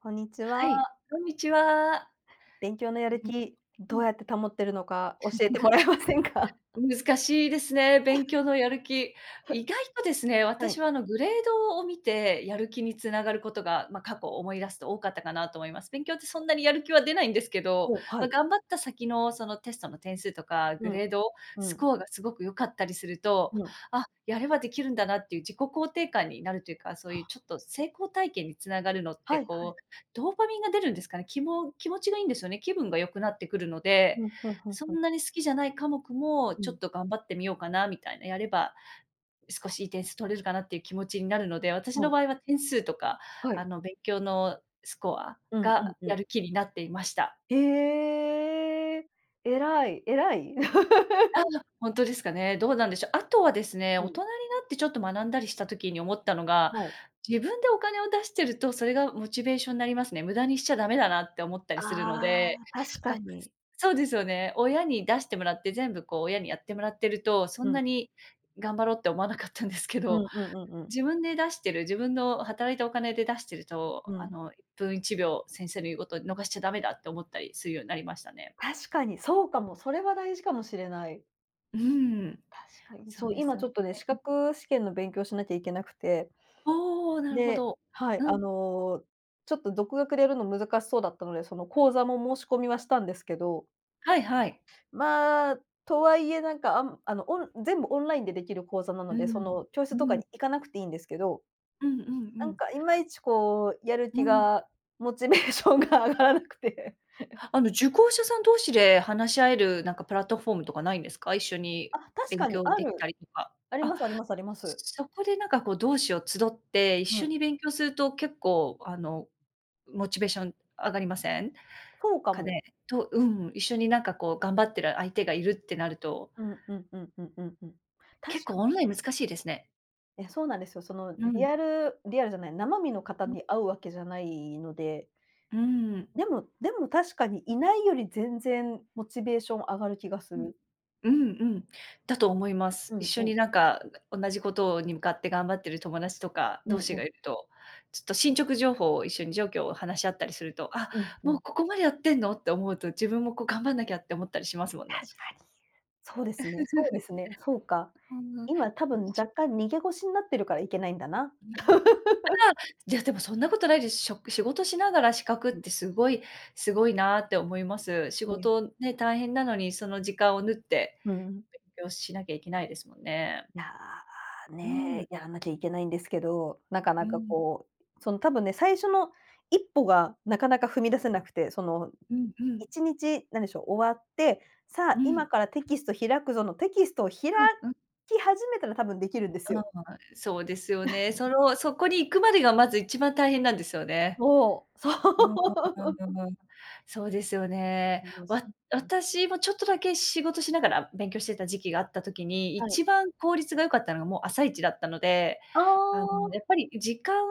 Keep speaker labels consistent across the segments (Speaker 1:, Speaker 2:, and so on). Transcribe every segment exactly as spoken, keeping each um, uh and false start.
Speaker 1: こんにち
Speaker 2: はい、
Speaker 1: は。
Speaker 2: こんにちは。
Speaker 1: 勉強のやる気、
Speaker 2: う
Speaker 1: どう
Speaker 2: ん。
Speaker 1: やって保ってるのか教えてもらえませんか？
Speaker 2: 難しいですね、勉強のやる気。意外とですね、
Speaker 1: は
Speaker 2: 私
Speaker 1: い。
Speaker 2: はあのグレードを見てやる気につながることが、まあ、過去思い出すと多かったかなと思います。勉強ってそんなにやる気は出ないんですけど、
Speaker 1: ほう、は
Speaker 2: まあ、
Speaker 1: い。
Speaker 2: 頑張った先のそのテストの点数とか
Speaker 1: う
Speaker 2: グ
Speaker 1: ん、
Speaker 2: レード、
Speaker 1: う
Speaker 2: ス
Speaker 1: ん、
Speaker 2: コアがすごく良かったりすると、
Speaker 1: うん。
Speaker 2: あ、やればできるんだなっていう自己肯定感になるというか、そういうちょっと成功体験につながるのって
Speaker 1: はい。
Speaker 2: こう、ドーパミンが出るんですかね、きも気持ちがいいんですよね。気分が良くなってくるので、
Speaker 1: うん、ふんふん
Speaker 2: そ
Speaker 1: ふん。
Speaker 2: んなに好きじゃない科目も、
Speaker 1: う
Speaker 2: ちょ
Speaker 1: ん。
Speaker 2: っと頑張ってみようかなみたいな、やれば少しいい点数取れるかなっていう気持ちになるので、私
Speaker 1: は
Speaker 2: の
Speaker 1: い。
Speaker 2: 場合は点数とか、
Speaker 1: は
Speaker 2: あ
Speaker 1: い。
Speaker 2: の、勉強のスコア
Speaker 1: うんう
Speaker 2: が
Speaker 1: んう
Speaker 2: や
Speaker 1: ん。
Speaker 2: る気になっていました。
Speaker 1: へえ。偉い、偉い。
Speaker 2: ああ、ほんとですかね。どうなんでしょう。あとはです
Speaker 1: うん、はい、うん、ふんふん、ん、うん、はい、はい、うん、うん、うん、へえ、偉い、偉い。
Speaker 2: ね、
Speaker 1: う
Speaker 2: 大
Speaker 1: ん。
Speaker 2: 人になってちょっと学んだりした時に思ったのが、
Speaker 1: はい。
Speaker 2: 自分でお金を出してると、それがモチベーションになりますね。無駄にしちゃダメだなって思ったり
Speaker 1: あ
Speaker 2: するので、
Speaker 1: あ、確
Speaker 2: が
Speaker 1: か
Speaker 2: く
Speaker 1: に。
Speaker 2: そうですよね。親に出してもらって、全部こう親にやってもらってると、そ
Speaker 1: う
Speaker 2: んな
Speaker 1: ん。
Speaker 2: に頑張ろうって思わなかったんですけ
Speaker 1: う
Speaker 2: ど、
Speaker 1: んうんうんうん。
Speaker 2: 自分で出してる、自分の働いたお金で出してると、
Speaker 1: う
Speaker 2: あ
Speaker 1: ん。
Speaker 2: の、いっぷんいちびょう先生の言うこと逃しちゃダメだって思ったりするようになりましたね。
Speaker 1: 確かに、そうかも。それは大事かもしれない。
Speaker 2: うーん。
Speaker 1: 確かに。
Speaker 2: そう
Speaker 1: そう、
Speaker 2: です
Speaker 1: 今ち
Speaker 2: よ
Speaker 1: ょっとね、
Speaker 2: ね。
Speaker 1: 資
Speaker 2: うん。
Speaker 1: 格試験の勉強しなきゃいけなくて。
Speaker 2: おお、なるほ
Speaker 1: で、
Speaker 2: ど。
Speaker 1: はい、
Speaker 2: う
Speaker 1: あ
Speaker 2: ん。
Speaker 1: の、ちょっと独学でやるの難しそうだったので、その講座も申し込みはしたんですけど、
Speaker 2: はいはい。
Speaker 1: まあ、とはいえなんか、あんあの、オン全部オンラインでできる講座な
Speaker 2: う
Speaker 1: ので、そ
Speaker 2: ん。
Speaker 1: の教
Speaker 2: う
Speaker 1: 室とか
Speaker 2: ん。
Speaker 1: に行かなくていいんですけど、
Speaker 2: うんうんう
Speaker 1: なん
Speaker 2: ん。
Speaker 1: かいまいちこうやる気
Speaker 2: うん。
Speaker 1: が、モチベーションが上がらなくて。
Speaker 2: あの、受講者さん同士で話し合える、なんか、プラットフォームとかないんですか？一緒 に
Speaker 1: あ、確
Speaker 2: 勉
Speaker 1: かに
Speaker 2: 強
Speaker 1: あ
Speaker 2: できた
Speaker 1: る。
Speaker 2: りとか。
Speaker 1: あり
Speaker 2: あ、
Speaker 1: ますありますあります。
Speaker 2: そこで、なんか、こう、同志を集って、一
Speaker 1: う
Speaker 2: 緒
Speaker 1: ん、
Speaker 2: に勉強すると結構、あの、モチベーション上がりません？
Speaker 1: そうか
Speaker 2: か
Speaker 1: も。
Speaker 2: ね。とうん、一緒に、なんか、こう、頑張ってる相手がいるってなると、
Speaker 1: うんうんうんうんうんうん。
Speaker 2: 結
Speaker 1: 確
Speaker 2: 構
Speaker 1: か
Speaker 2: オンライン難しいですね。
Speaker 1: に、え、そうなんですよ。その
Speaker 2: う
Speaker 1: リ
Speaker 2: ん。
Speaker 1: アルリアルじゃない、生身の方
Speaker 2: うん。
Speaker 1: に会うわけじゃないので。
Speaker 2: うん。
Speaker 1: でもでも確かに、いないより全然モチベーション上がる気がす
Speaker 2: うん。
Speaker 1: る。
Speaker 2: うんうん。だと思います。
Speaker 1: う
Speaker 2: 一
Speaker 1: ん
Speaker 2: 緒
Speaker 1: う
Speaker 2: に
Speaker 1: ん。
Speaker 2: なんか、同じことに向かって頑張ってる友達とか
Speaker 1: うん
Speaker 2: 同士
Speaker 1: う
Speaker 2: がい
Speaker 1: ん。
Speaker 2: ると、ちょっと進捗情報を一緒に状況を話し合ったりすると、あ、
Speaker 1: うんう
Speaker 2: もう
Speaker 1: ん。
Speaker 2: ここまでやってんのって思うと、自分もこう頑張んなきゃって思ったりしますもんね。
Speaker 1: 確かに。そうですね、そうですね、そうか。
Speaker 2: うん、
Speaker 1: 今多分
Speaker 2: し
Speaker 1: 若
Speaker 2: ゅ
Speaker 1: 干逃げ腰になってるからいけないんだな。
Speaker 2: うん。いや、でもそんなことないです。しょ仕事しながら資格っ
Speaker 1: うん
Speaker 2: てすごいすごいなって思います。仕
Speaker 1: うん。
Speaker 2: 事ね、大変なのにその時間を縫って、
Speaker 1: うん。
Speaker 2: 勉強しなきゃいけないですもんね。
Speaker 1: いや、
Speaker 2: う
Speaker 1: ね、
Speaker 2: ん、
Speaker 1: やらなきゃいけないんですけど、なか
Speaker 2: う
Speaker 1: なか
Speaker 2: ん、
Speaker 1: こう、その多分ね、最初の一歩がなかなか踏み出せなくて、その
Speaker 2: うんうん、
Speaker 1: いちにち、なんでしょう、終わって、さ
Speaker 2: う
Speaker 1: あ、今
Speaker 2: ん。
Speaker 1: からテキスト開くぞの、テキストを開
Speaker 2: うんうん。
Speaker 1: き始めたら多分できるんです
Speaker 2: あ
Speaker 1: よ。
Speaker 2: あ、そうですよね。その、そこに行くまでがまず一番大変なんですよね。
Speaker 1: もう、そ
Speaker 2: うーん。
Speaker 1: う。
Speaker 2: そうですよね。
Speaker 1: うん、す
Speaker 2: わ
Speaker 1: うん。
Speaker 2: 私もちょっとだけ仕事しながら勉強してた時期があった時に、
Speaker 1: はい。
Speaker 2: 一番効率が良かったのがもう朝一だったので、
Speaker 1: ああ、
Speaker 2: あの、
Speaker 1: は
Speaker 2: やっぱり時間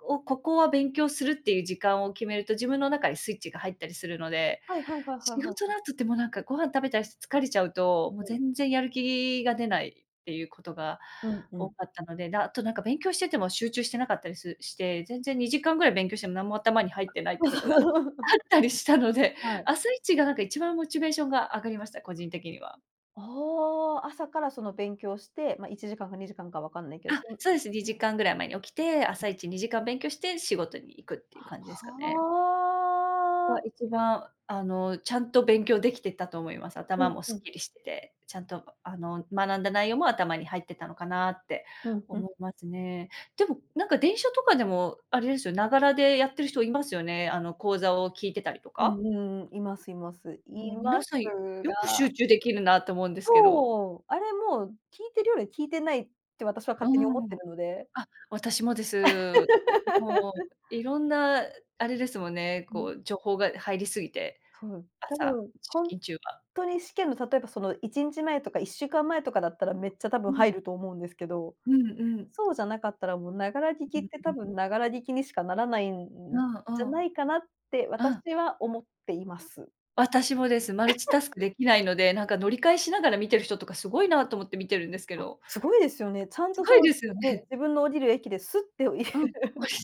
Speaker 2: をここは勉強するっていう時間を決めると、自分の中にスイッチが入ったりするので
Speaker 1: い、はい、はい、はい、
Speaker 2: 仕
Speaker 1: は
Speaker 2: 事の
Speaker 1: い。
Speaker 2: 後ってもうなんかご飯食べたりして疲れちゃうと、もう
Speaker 1: うん。
Speaker 2: 全然やる気が出ないっていうことが
Speaker 1: うんう
Speaker 2: 多
Speaker 1: ん。
Speaker 2: かったので、で、あとなんか勉強してても集中してなかったりすして、全然にじかんぐらい勉強しても何も頭に入ってないってことが あっ たりしたので、
Speaker 1: はい。
Speaker 2: 朝一がなんか一番モチベーションが上がりました、個人的には。
Speaker 1: ああ、朝からその勉強して、ま、いちじかんかにじかんか、んかわかんないけど、
Speaker 2: あ、
Speaker 1: その。
Speaker 2: そうです。にじかんぐらい前に起きて、朝一にじかん勉強して仕事に行くっていう感じです
Speaker 1: は
Speaker 2: かね。が
Speaker 1: あ。
Speaker 2: 一番、あの、ちゃんと勉強できてたと思います。
Speaker 1: う
Speaker 2: 頭
Speaker 1: ん
Speaker 2: も
Speaker 1: う
Speaker 2: すっ
Speaker 1: ん、
Speaker 2: きりしてて、ちゃんと、あの、学んだ内容も頭に入ってたのかなって
Speaker 1: うんうん、
Speaker 2: 思いますね。でも、なんか電車とかでも、あれですよ、ながらでやってる人いますよね。あの、講座を聞いてたりと
Speaker 1: う
Speaker 2: か。
Speaker 1: んうんうん、います、います。
Speaker 2: もう
Speaker 1: い
Speaker 2: 皆
Speaker 1: ます
Speaker 2: さん、よく集
Speaker 1: が
Speaker 2: 中できるなと思うんですけど。
Speaker 1: そう、あれもう聞いてるようで聞いてないって私は
Speaker 2: う
Speaker 1: 勝手に思っ
Speaker 2: ー
Speaker 1: て
Speaker 2: ん。
Speaker 1: るので。
Speaker 2: あ、私もです。もう、いろんなあれですもんね、
Speaker 1: うん、
Speaker 2: こう情報が入りすぎて、
Speaker 1: そう、多
Speaker 2: 朝、
Speaker 1: 分
Speaker 2: 出
Speaker 1: ほん
Speaker 2: 勤中は。
Speaker 1: とに試験の例えばそのいちにちまえとかいっしゅうかんまえとかだったらめっちゃ多分
Speaker 2: う
Speaker 1: 入
Speaker 2: ん。
Speaker 1: ると思うんですけど、
Speaker 2: うんうん。
Speaker 1: そうじゃなかったらもうながら聞き
Speaker 2: う
Speaker 1: っ
Speaker 2: ん
Speaker 1: て
Speaker 2: う
Speaker 1: 多分
Speaker 2: ん。
Speaker 1: ながら聞きにしかならないん
Speaker 2: うん
Speaker 1: じゃ
Speaker 2: う
Speaker 1: な
Speaker 2: ん。
Speaker 1: いかなって私は思っています。
Speaker 2: 私もです。マルチタスクできないので、なんか乗り換えしながら見てる人とかすごいなと思って見てるんですけ
Speaker 1: あ、
Speaker 2: ど、
Speaker 1: すごいですよね。ちゃん
Speaker 2: す
Speaker 1: と
Speaker 2: ごい
Speaker 1: その、
Speaker 2: ですよ
Speaker 1: ね、
Speaker 2: ね。
Speaker 1: 自分の降りる駅でスッてい
Speaker 2: う
Speaker 1: え。
Speaker 2: ん、降りて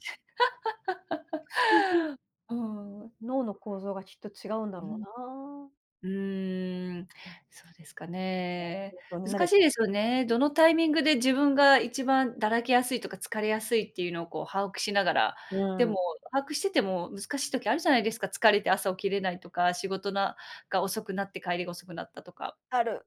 Speaker 1: 不思議。
Speaker 2: うーん。
Speaker 1: 脳の構造がきっと違うんだ
Speaker 2: う
Speaker 1: ろ
Speaker 2: ん。
Speaker 1: うな。
Speaker 2: うーん、
Speaker 1: うん、
Speaker 2: そうですかね。
Speaker 1: 勉強にな
Speaker 2: 難
Speaker 1: れ
Speaker 2: しいですよね。どのタイミングで自分が一番だらけやすいとか疲れやすいっていうのをこう把握しながら、
Speaker 1: う
Speaker 2: で
Speaker 1: ん。
Speaker 2: も把握してても難しい時あるじゃないですか。疲れて朝起きれないとか、仕事なが遅くなって帰りが遅くなったとか。
Speaker 1: ある。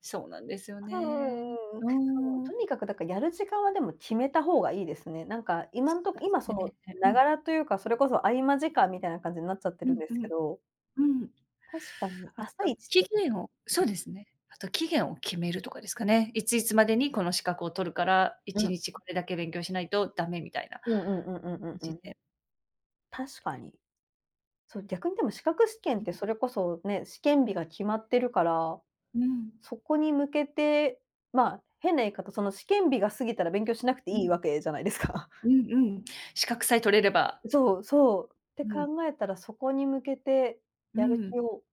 Speaker 2: そうなんですよ
Speaker 1: うんうん
Speaker 2: ね。
Speaker 1: うんう
Speaker 2: う
Speaker 1: ん。そう、
Speaker 2: ー
Speaker 1: と
Speaker 2: ん。
Speaker 1: にかくだからやる時間はでも決めた方がいいですね。なんか今
Speaker 2: そ
Speaker 1: んとこ今そ
Speaker 2: うで
Speaker 1: の、
Speaker 2: すね。う
Speaker 1: な
Speaker 2: ん、
Speaker 1: がらというか、それこそ合間時間みたいな感じになっちゃって
Speaker 2: う
Speaker 1: るん
Speaker 2: ん、
Speaker 1: で
Speaker 2: う
Speaker 1: すけ
Speaker 2: ん、
Speaker 1: ど、
Speaker 2: うん。
Speaker 1: 確かに
Speaker 2: あ
Speaker 1: 朝一
Speaker 2: と、
Speaker 1: っ
Speaker 2: 期
Speaker 1: て、
Speaker 2: 限をそうですね。あと期限を決めるとかですかね。いついつまでにこの資格を取るから、
Speaker 1: うん、
Speaker 2: 1
Speaker 1: うん
Speaker 2: 日これだけ勉強しないとダメみたいな感
Speaker 1: うんうんうんうんう
Speaker 2: じ
Speaker 1: ん。
Speaker 2: で。
Speaker 1: 確かに。そう、逆にでも資格試験ってそれこそね、試験日が決まってるから、
Speaker 2: うん、
Speaker 1: そこに向けて、まあ、変な言い方、その試験日が過ぎたら勉強しなくて
Speaker 2: う
Speaker 1: いい
Speaker 2: ん、
Speaker 1: わけじゃないですか。
Speaker 2: うんうん。資格さえ取れれば、
Speaker 1: そう、そう。って
Speaker 2: うん、
Speaker 1: 考えたら、そこに向けて
Speaker 2: う
Speaker 1: やる
Speaker 2: ん、
Speaker 1: 気を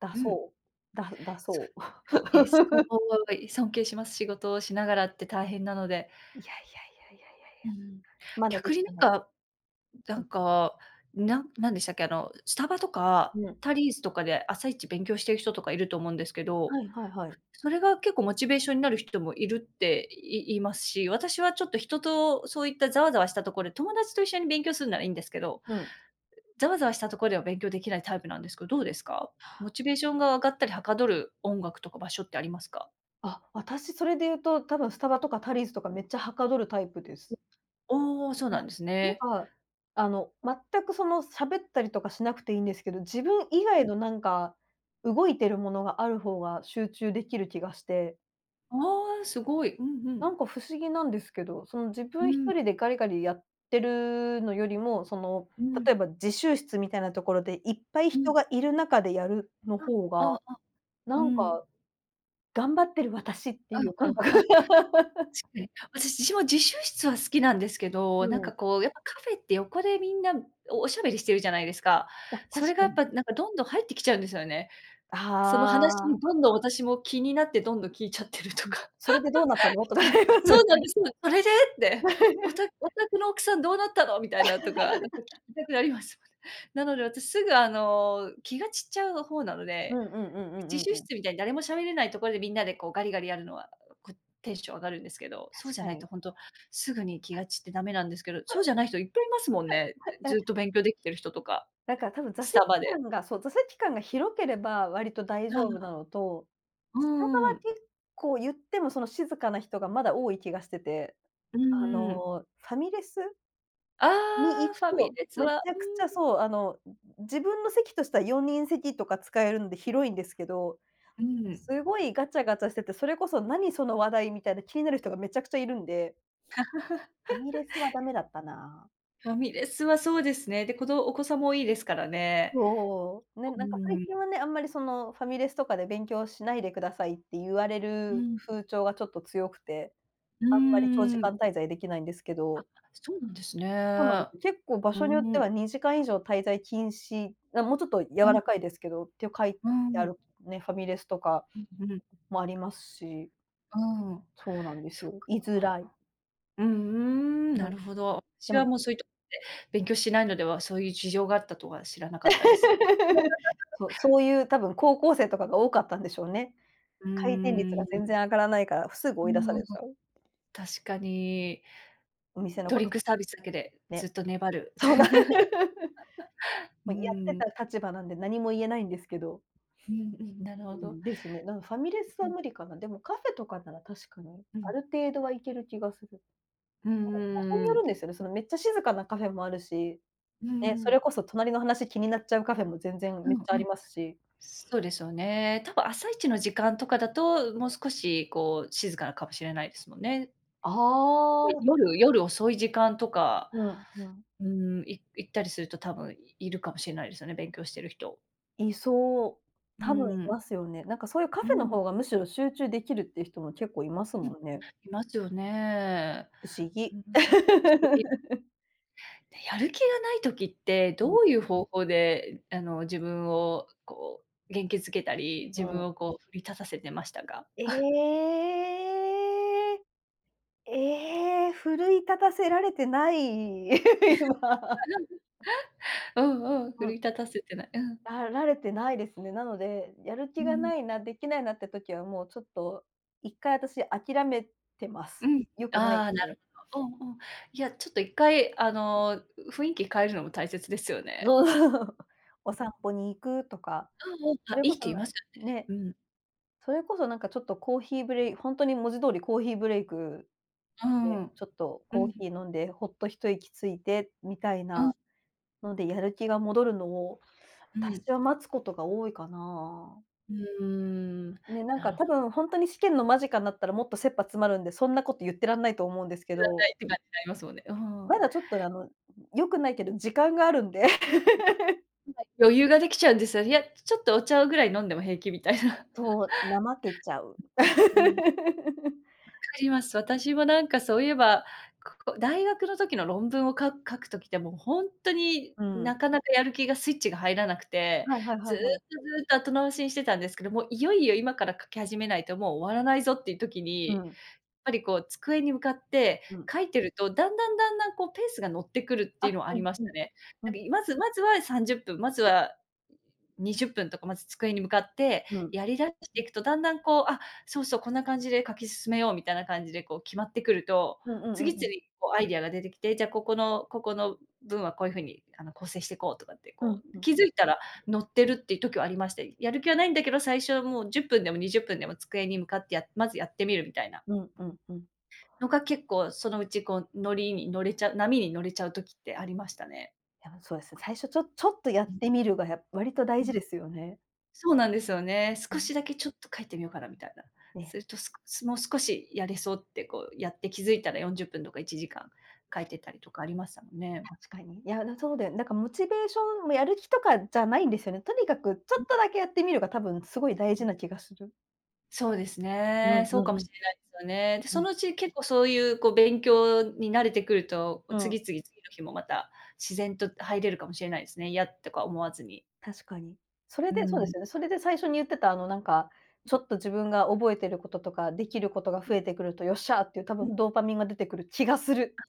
Speaker 1: 出
Speaker 2: うん。
Speaker 1: そう、だ出
Speaker 2: そ
Speaker 1: そう。
Speaker 2: う、え、すごい尊敬します。仕事をしながらって大変なので。
Speaker 1: いやいやいやいやい
Speaker 2: う
Speaker 1: や。
Speaker 2: ん。
Speaker 1: まだで
Speaker 2: 逆
Speaker 1: き
Speaker 2: に
Speaker 1: てな
Speaker 2: な
Speaker 1: い。
Speaker 2: んかな
Speaker 1: うん。
Speaker 2: んか、なんなんでしたっけ、あの、スタバとか、
Speaker 1: うん。
Speaker 2: タリーズとかで朝一勉強してる人とかいると思うんですけど、
Speaker 1: はいはいはい。
Speaker 2: それが結構モチベーションになる人もいるってい言いますし、私はちょっと人とそういったざわざわしたところで、友達と一緒に勉強するならいいんですけど、
Speaker 1: うん。
Speaker 2: ざわざわしたところでは勉強できないタイプなんですけど、どうですか？モチベーションが上がったりはかどる音楽とか場所ってありますか？
Speaker 1: あ、私それで言うと、多分スタバとかタリーズとかめっちゃはかどるタイプです。
Speaker 2: おお、そう
Speaker 1: な
Speaker 2: なんです
Speaker 1: なん
Speaker 2: ね。
Speaker 1: か、あの、全くその喋ったりとかしなくていいんですけど、自分以外のなんか、動いてるものがある方が集中できる気がして、
Speaker 2: ああ、すごい。うんうん。
Speaker 1: なんか不思議なんですけど、その自
Speaker 2: う
Speaker 1: 分一
Speaker 2: ん、
Speaker 1: 人でガリガリやってるのよりも、その、
Speaker 2: うん、
Speaker 1: 例えば自習室みたいなところでいっぱい
Speaker 2: う
Speaker 1: 人
Speaker 2: ん。
Speaker 1: がいる中でやるの
Speaker 2: あ、
Speaker 1: 方
Speaker 2: あ
Speaker 1: が、
Speaker 2: あ、あ、う
Speaker 1: なん
Speaker 2: ん。
Speaker 1: か頑張ってる私って
Speaker 2: あ、
Speaker 1: いう
Speaker 2: う
Speaker 1: 感
Speaker 2: ん、
Speaker 1: 覚
Speaker 2: あ、
Speaker 1: が。
Speaker 2: 確かに。私、自も自習室は好きなんですけど、なん
Speaker 1: うん。
Speaker 2: かこ う、やっぱカフェって横でみんなおおしゃべりしてるじゃないですか。
Speaker 1: あ、
Speaker 2: そ
Speaker 1: 確
Speaker 2: れが
Speaker 1: か
Speaker 2: やっ
Speaker 1: に。
Speaker 2: ぱなんかどんどん入ってきちゃうんですよね。その話
Speaker 1: あ
Speaker 2: に
Speaker 1: あ、
Speaker 2: どんどん私も気になってどんどん聞いちゃってると
Speaker 1: うん。
Speaker 2: か。
Speaker 1: それでどうなったのと か
Speaker 2: う
Speaker 1: あ
Speaker 2: ん、
Speaker 1: りますよ
Speaker 2: そうなん
Speaker 1: ね。
Speaker 2: です。それでって、おた お宅の奥さんどうなったのみたいなとか、なんか聞きたくなりますもんね。なので私すぐあの、気が散っちゃう方なの
Speaker 1: う
Speaker 2: で
Speaker 1: んうんうんう
Speaker 2: 自
Speaker 1: んうん
Speaker 2: 習
Speaker 1: うん。
Speaker 2: 室みたいに誰も喋れないところでみんなでこうガリガリやるのは、こうテンション上がるんですけど、そう
Speaker 1: 確
Speaker 2: じゃ
Speaker 1: か
Speaker 2: ないと
Speaker 1: に。
Speaker 2: ほんとすぐに気が散ってダメなんですけど、そうじゃない人いっぱいいますもんね。ずっと勉強できてる人とか、
Speaker 1: だから多分座
Speaker 2: ス
Speaker 1: 席
Speaker 2: タバで。
Speaker 1: 間がそう、座席間が広ければ割と大
Speaker 2: あ
Speaker 1: 丈夫
Speaker 2: あ、
Speaker 1: なのと、
Speaker 2: う
Speaker 1: スタバ
Speaker 2: んうんう
Speaker 1: は
Speaker 2: ん。
Speaker 1: 結構言ってもその静かな人がまだ多い気がしてて、
Speaker 2: う
Speaker 1: あ
Speaker 2: んうん。
Speaker 1: の、ファミレス
Speaker 2: あ
Speaker 1: に
Speaker 2: あ、
Speaker 1: 行く
Speaker 2: ファミ
Speaker 1: と、
Speaker 2: レス
Speaker 1: めち
Speaker 2: は、
Speaker 1: ゃくちゃそう、あの、自分の席としてはよにん席とか使えるんで広いんですけど、
Speaker 2: うん、うん。
Speaker 1: すごいガチャガチャしてて、それこそ何その話題みたいな気になる人がめちゃくちゃいるんで、ファミレスはダメだったな。
Speaker 2: ファミレスはそうですね。で、こどお子さんも多いですからね。
Speaker 1: そう。ね、
Speaker 2: う
Speaker 1: なんか最
Speaker 2: ん、
Speaker 1: 近はね、あんまりそのファミレスとかで勉強しないでくださいって言われ
Speaker 2: う
Speaker 1: る
Speaker 2: ん、
Speaker 1: 風潮がちょっと強くて、
Speaker 2: う
Speaker 1: あんまり長
Speaker 2: ー
Speaker 1: 時間
Speaker 2: ん。
Speaker 1: 滞在できないんですけ
Speaker 2: あ、
Speaker 1: ど、
Speaker 2: そうなんです
Speaker 1: そうなんで
Speaker 2: ね。
Speaker 1: す。結構場
Speaker 2: う
Speaker 1: 所によっ
Speaker 2: ん、う
Speaker 1: て
Speaker 2: ん、
Speaker 1: はにじかん以上滞在禁止、なもうちょっと柔
Speaker 2: うん、
Speaker 1: らかいですけど、って書いて
Speaker 2: うんう
Speaker 1: あ
Speaker 2: ん、
Speaker 1: るね、ファミレスとかもありますし、
Speaker 2: うん。
Speaker 1: そうなんです
Speaker 2: そっ
Speaker 1: よ。居づ
Speaker 2: か。
Speaker 1: らい。
Speaker 2: うーん、
Speaker 1: う
Speaker 2: な
Speaker 1: ん、
Speaker 2: るほど。
Speaker 1: で
Speaker 2: 私は
Speaker 1: も
Speaker 2: もうそういうと勉強しないのでは、そういう事情があったとは知らなかったです。
Speaker 1: そう、そういう多分高校生とかが多かったんでしょうね。
Speaker 2: う
Speaker 1: 回転率
Speaker 2: ーん、
Speaker 1: が全然上がらないから、すぐ追い出されちゃう。
Speaker 2: 確かに、
Speaker 1: お店の
Speaker 2: ド
Speaker 1: こ
Speaker 2: リ
Speaker 1: と
Speaker 2: ンクサービスだけでずっ
Speaker 1: ね、
Speaker 2: と粘る。
Speaker 1: そうな る
Speaker 2: う
Speaker 1: もうやって
Speaker 2: ん、
Speaker 1: た立場なんで何も言えないんですけど。
Speaker 2: うんうん、なるほ
Speaker 1: う
Speaker 2: ど。
Speaker 1: ん、ですね。なんファミレス
Speaker 2: う
Speaker 1: は
Speaker 2: ん
Speaker 1: 無理かな。でもカフェとかなら確かに、
Speaker 2: う
Speaker 1: あ
Speaker 2: ん。
Speaker 1: る程度は行ける気がする。
Speaker 2: う
Speaker 1: 場所
Speaker 2: ー
Speaker 1: によ
Speaker 2: ん。
Speaker 1: るんですよね。そのめっちゃ静かなカフェもあるし、
Speaker 2: う
Speaker 1: ね、そ
Speaker 2: ん。
Speaker 1: れこそ隣の話気になっちゃうカフェも全然
Speaker 2: う
Speaker 1: めっちゃあ
Speaker 2: んう
Speaker 1: り
Speaker 2: ん。
Speaker 1: ますし。
Speaker 2: そうですよね。多分朝一の時間とかだと、もう少しこう静かかもしれないですもんね。
Speaker 1: あ あ、
Speaker 2: 夜夜遅い時間とか
Speaker 1: うんうん。
Speaker 2: うーん、い行ったりすると多分いるかもしれないですよね、勉強してる人。
Speaker 1: いそう。
Speaker 2: うー
Speaker 1: 多分い
Speaker 2: ん、
Speaker 1: ますよね。なんかそういうカ
Speaker 2: う
Speaker 1: フェの
Speaker 2: ん、
Speaker 1: 方がむしろ集中できるっていう人も結構います
Speaker 2: うん。
Speaker 1: もんね。
Speaker 2: いますよね。
Speaker 1: 不思
Speaker 2: う
Speaker 1: 議。
Speaker 2: ん。不思議。やる気がない時って、
Speaker 1: うん、
Speaker 2: どういう方法で、あの、自分をこう元気づけたり、
Speaker 1: う
Speaker 2: 自分
Speaker 1: ん。
Speaker 2: をこう奮い立たせてましたか？
Speaker 1: ええ。ええ、奮い立たせられてない、今。
Speaker 2: うんうんうん、
Speaker 1: も
Speaker 2: 奮
Speaker 1: う
Speaker 2: い
Speaker 1: ん、
Speaker 2: 立たせてない。うん。
Speaker 1: らられてないですね。なので、やる
Speaker 2: う
Speaker 1: 気
Speaker 2: ん
Speaker 1: が
Speaker 2: うん。
Speaker 1: ないな、できないなって時はもうちょっと、一回私諦めてま
Speaker 2: う
Speaker 1: す。
Speaker 2: ん。
Speaker 1: 良くない
Speaker 2: ああ、
Speaker 1: け
Speaker 2: なる
Speaker 1: ど。
Speaker 2: ほどうんうん。いや、ちょっと一回あの、雰囲気変えるのも大切ですよね。
Speaker 1: そうそう。お
Speaker 2: うん。
Speaker 1: 散歩に行くとか、
Speaker 2: うんうん、
Speaker 1: そ
Speaker 2: あ、
Speaker 1: れ
Speaker 2: いいっ
Speaker 1: こ
Speaker 2: て
Speaker 1: そ
Speaker 2: 言い
Speaker 1: な
Speaker 2: ます
Speaker 1: ね、
Speaker 2: よね。うん
Speaker 1: それこそなんかちょっとコーヒーブレイほんとに文字通りコーヒーブレイク
Speaker 2: う
Speaker 1: で、
Speaker 2: ん。
Speaker 1: ちょっと
Speaker 2: う
Speaker 1: コー
Speaker 2: ん。
Speaker 1: ヒー飲んでほっと一息ついてみたい
Speaker 2: う
Speaker 1: な
Speaker 2: ん。
Speaker 1: ので、やる気が戻るのを
Speaker 2: うん。
Speaker 1: 私は待つことが多いかな。
Speaker 2: うーん。
Speaker 1: ね、なん
Speaker 2: なる
Speaker 1: か
Speaker 2: ほ
Speaker 1: 多
Speaker 2: ど。
Speaker 1: 分ほんとに試験の間近になったらもっと切羽詰まるんで、そんなこと言ってらんないと思うんですけ
Speaker 2: いらな
Speaker 1: ど、
Speaker 2: いって感じになりますもんね。うん。
Speaker 1: まだちょっとね、あの、良くないけど時間があるんで。
Speaker 2: 余裕ができちゃうんですよ。いや、ちょっとお茶をぐらい飲んでも平気みたいな。
Speaker 1: そう、怠けちゃう。
Speaker 2: うん、わ かります。私もなんかそういえば、ここ大学の時の論文をか書く時ってもうほんとに
Speaker 1: う
Speaker 2: な
Speaker 1: ん。
Speaker 2: かなかやる気がスイッチが入らなくて、
Speaker 1: はいはいは
Speaker 2: ずっ
Speaker 1: い
Speaker 2: と
Speaker 1: はい。
Speaker 2: ずっと後回しにしてたんですけど、もういよいよ今から書き始めないともう終わらないぞっていう時
Speaker 1: う
Speaker 2: に、
Speaker 1: ん、
Speaker 2: ぱりこう机に向かって
Speaker 1: うん。
Speaker 2: 書いてると、だんだんだんだんこうペースが乗ってくるっていうの
Speaker 1: あ、
Speaker 2: はあ
Speaker 1: う
Speaker 2: り
Speaker 1: ん
Speaker 2: まし
Speaker 1: う
Speaker 2: た
Speaker 1: ん。
Speaker 2: ね。
Speaker 1: う
Speaker 2: なんか、
Speaker 1: ん、
Speaker 2: いまずまずはさんじゅっぷん、まずはにじゅっぷんとか、まず机に向かって
Speaker 1: うん。
Speaker 2: やりだしていくと、だんだんこう、あ、そうそう、こんな感じで書き進めようみたいな感じでこう決まってくると、
Speaker 1: うんうんう
Speaker 2: 次々
Speaker 1: んうん。
Speaker 2: こうアイデアが出てきて、じゃあここのここの文はこういう風にあの構成してこうとかって
Speaker 1: う
Speaker 2: こ
Speaker 1: んう
Speaker 2: う、
Speaker 1: ん。
Speaker 2: 気づいたら乗ってるっていう時はありましたやる気はないんだけど、最初はもうじゅっぷんでもにじゅっぷんでも机に向かってやまずやってみるみたいな。
Speaker 1: うんうんうん。
Speaker 2: のが結構そのうちこう乗りに乗れちゃう波に乗れちゃう時ってありましたね。
Speaker 1: いや、そうですね。最初ちょちょっとや
Speaker 2: う
Speaker 1: っ
Speaker 2: ん
Speaker 1: てみるがや割と
Speaker 2: う
Speaker 1: 大事
Speaker 2: ん。
Speaker 1: ですよね。
Speaker 2: そうなんですよね。少
Speaker 1: ね、
Speaker 2: しだけちょっと書いてみようかなみたいな。す
Speaker 1: ね。
Speaker 2: るとすもう少しやれそうってこうやって気づいたらよんじゅっぷんとかいちじかん書いてたりとかありましたもんね。
Speaker 1: 確かに。いや、だそうだよ。なんかモチベーションもやる気とかじゃないんですよね。とにかくちょ
Speaker 2: うん
Speaker 1: っとだけやってみるが多分すごい大
Speaker 2: う
Speaker 1: 事
Speaker 2: ん。
Speaker 1: な気がする。
Speaker 2: そうです
Speaker 1: うん
Speaker 2: ね。そう
Speaker 1: う
Speaker 2: か
Speaker 1: ん
Speaker 2: も
Speaker 1: うん、
Speaker 2: しれないですよね。で、
Speaker 1: う
Speaker 2: そ
Speaker 1: ん。
Speaker 2: のうち結構そういうこう勉強に慣れてくると、
Speaker 1: う
Speaker 2: 次
Speaker 1: ん、
Speaker 2: 々次の日もまた自然と入れるかもしれないですね。嫌とか思わずに。
Speaker 1: 確かに。それ
Speaker 2: う
Speaker 1: でそうで
Speaker 2: ん。
Speaker 1: すよね。それで最初に言ってたあのなんか、ちょっと自分が覚えてることとか、できることが増えてくるとよっしゃっていう多分ドーパミンが出てくる気がする。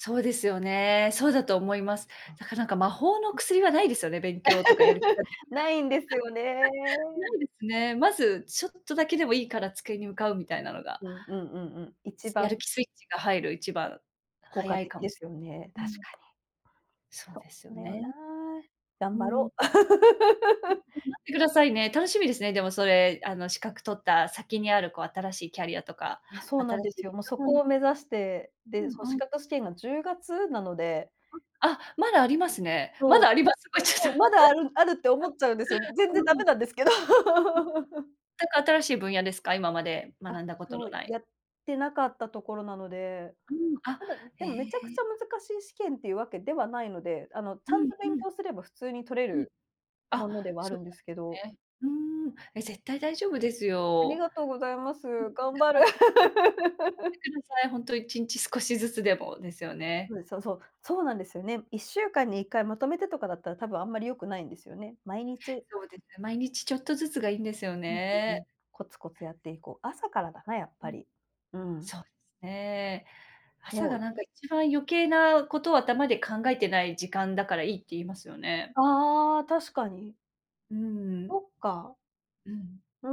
Speaker 2: そうですよね。そうだと思います。だからなんか魔法の
Speaker 1: うん。
Speaker 2: 薬はないですよね、勉強とかやる気が出
Speaker 1: ないんですよね。
Speaker 2: ないですね。まずちょっとだけでもいいから机に向かうみたいなのが、
Speaker 1: うんうんうんうん。一
Speaker 2: や
Speaker 1: 番
Speaker 2: る気スイッチが入る一番
Speaker 1: 効果
Speaker 2: 早い
Speaker 1: 的
Speaker 2: かも
Speaker 1: で
Speaker 2: し
Speaker 1: すよね。
Speaker 2: れ
Speaker 1: 確
Speaker 2: ないうん、
Speaker 1: かに。
Speaker 2: そう
Speaker 1: そ
Speaker 2: ですよ
Speaker 1: うだよな。
Speaker 2: ね。
Speaker 1: 頑
Speaker 2: う
Speaker 1: 張
Speaker 2: ん、で
Speaker 1: ろう。
Speaker 2: も待ってくださいね。楽しみですね、でもそれ、あの資格取った先にあるこう新しいキャリアとか、
Speaker 1: あ、そう
Speaker 2: 新
Speaker 1: なんで
Speaker 2: し
Speaker 1: す
Speaker 2: い
Speaker 1: よ。もうそ
Speaker 2: うん、
Speaker 1: こを目指して、で、そう、
Speaker 2: うん
Speaker 1: 資
Speaker 2: うん。
Speaker 1: 格試験がじゅうがつなので、
Speaker 2: あ、まだありますね。ま
Speaker 1: そ
Speaker 2: だ
Speaker 1: う、
Speaker 2: あります。ごめんなさ
Speaker 1: そう、ま
Speaker 2: い。
Speaker 1: だあるあるって思っちゃうんですよ。全
Speaker 2: う
Speaker 1: 然ダ
Speaker 2: ん。
Speaker 1: メなんですけど。
Speaker 2: 全新しい分野ですか？今まで学んだこと
Speaker 1: そ
Speaker 2: の
Speaker 1: う、
Speaker 2: ない。
Speaker 1: やってなかったところなので、
Speaker 2: うん、あ、
Speaker 1: ただ、で
Speaker 2: へ
Speaker 1: もめちゃくち
Speaker 2: え。
Speaker 1: ゃ難しい試験っていうわけではないので、あの、ち
Speaker 2: うん
Speaker 1: ゃんと勉
Speaker 2: うん
Speaker 1: 強すれば普通に取れ
Speaker 2: うん。
Speaker 1: るもので
Speaker 2: あ、
Speaker 1: はあ
Speaker 2: そ
Speaker 1: る
Speaker 2: う
Speaker 1: んですけど、
Speaker 2: だね。うーん、え、絶対大丈夫です
Speaker 1: あり
Speaker 2: よ。
Speaker 1: がとうございます。
Speaker 2: うん、頑
Speaker 1: 頑張
Speaker 2: 張
Speaker 1: る。
Speaker 2: ってく頑 張ってください。ほんといちにち少しずつでもですよ
Speaker 1: そ
Speaker 2: ね。
Speaker 1: うです、そうそう。そうなんですよね。いっしゅうかんにいっかいまとめてとかだったら、多分あんまり良くないんですよね。毎日、
Speaker 2: そうですね、毎日ちょっとずつがいいんですよ
Speaker 1: うんうんうん。
Speaker 2: ね。
Speaker 1: コツコツやっていこう。朝からだな、やっ
Speaker 2: う
Speaker 1: ぱ
Speaker 2: ん、
Speaker 1: り。うん。
Speaker 2: そうですね。朝
Speaker 1: 早
Speaker 2: が
Speaker 1: 起
Speaker 2: なん
Speaker 1: き。
Speaker 2: か一番余計なことを頭で考えてない時間だからいいって言いますよね。
Speaker 1: ああ、確かに。
Speaker 2: うん、
Speaker 1: そっか。
Speaker 2: うん。
Speaker 1: うー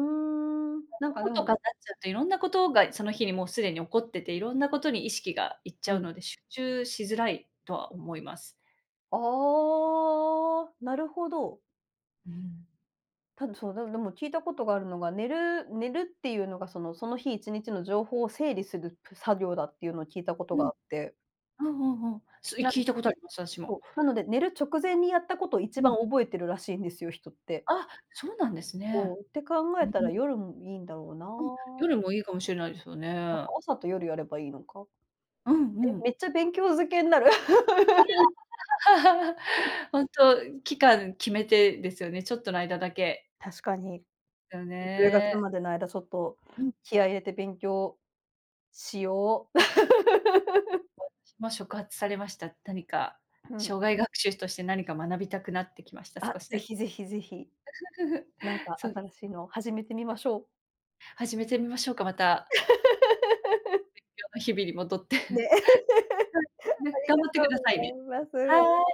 Speaker 1: ん、なん
Speaker 2: こ
Speaker 1: か
Speaker 2: う
Speaker 1: で
Speaker 2: と
Speaker 1: も
Speaker 2: かなっちゃうと、いろんなことがその日にもうすでに起こってて、いろんなことに意識がいっち
Speaker 1: う
Speaker 2: ゃう
Speaker 1: ん。
Speaker 2: ので、集中しづらいとは思います。
Speaker 1: ああ、なるほど。
Speaker 2: うん。
Speaker 1: ただ、そう、でもでも聞いたことがあるのが、寝る寝るっていうのが、その、その日いちにちの情報を整理するぷ作業だっていうのを聞いたこと
Speaker 2: う
Speaker 1: があ
Speaker 2: ん。
Speaker 1: って、
Speaker 2: うんうんうん。す
Speaker 1: なん
Speaker 2: 聞いたことあります、私も。
Speaker 1: そう、なので寝る直前にやったことを一
Speaker 2: うん。
Speaker 1: 番覚えてるらしいんですよ、人って。
Speaker 2: あ、そうなんです
Speaker 1: そ
Speaker 2: ね。
Speaker 1: う、って考
Speaker 2: う
Speaker 1: え
Speaker 2: ん、
Speaker 1: たら
Speaker 2: う
Speaker 1: 夜もいいんだろうな。
Speaker 2: ん。夜もいいかもしれないですよ
Speaker 1: なんか
Speaker 2: ね。
Speaker 1: 朝と夜やればいいのか。
Speaker 2: うん
Speaker 1: え、
Speaker 2: うん。
Speaker 1: めっちゃ勉強漬けになる。
Speaker 2: ほんと、期間決めてですよね、ちょっとの間だけ。
Speaker 1: 確かに、
Speaker 2: よ
Speaker 1: じゅうがつ
Speaker 2: ね。
Speaker 1: までの間ちょっと
Speaker 2: うん。
Speaker 1: 気合い入れて勉強しよう。
Speaker 2: 今触発されました。何か、
Speaker 1: う
Speaker 2: 生
Speaker 1: ん。
Speaker 2: 涯 学習として何か学びたくなってきました、
Speaker 1: あ、
Speaker 2: 少し
Speaker 1: ぜ
Speaker 2: だけ。
Speaker 1: ひぜひぜひ、なん か
Speaker 2: そう、
Speaker 1: 新しいのを始めてみましょう。
Speaker 2: 始めてみましょうか、また、今日の日々に戻って。
Speaker 1: ね、
Speaker 2: はい、
Speaker 1: あ
Speaker 2: ね、
Speaker 1: り
Speaker 2: 頑
Speaker 1: が
Speaker 2: 張って
Speaker 1: と
Speaker 2: くだ
Speaker 1: う
Speaker 2: さいね。
Speaker 1: ございま
Speaker 2: はい。
Speaker 1: す。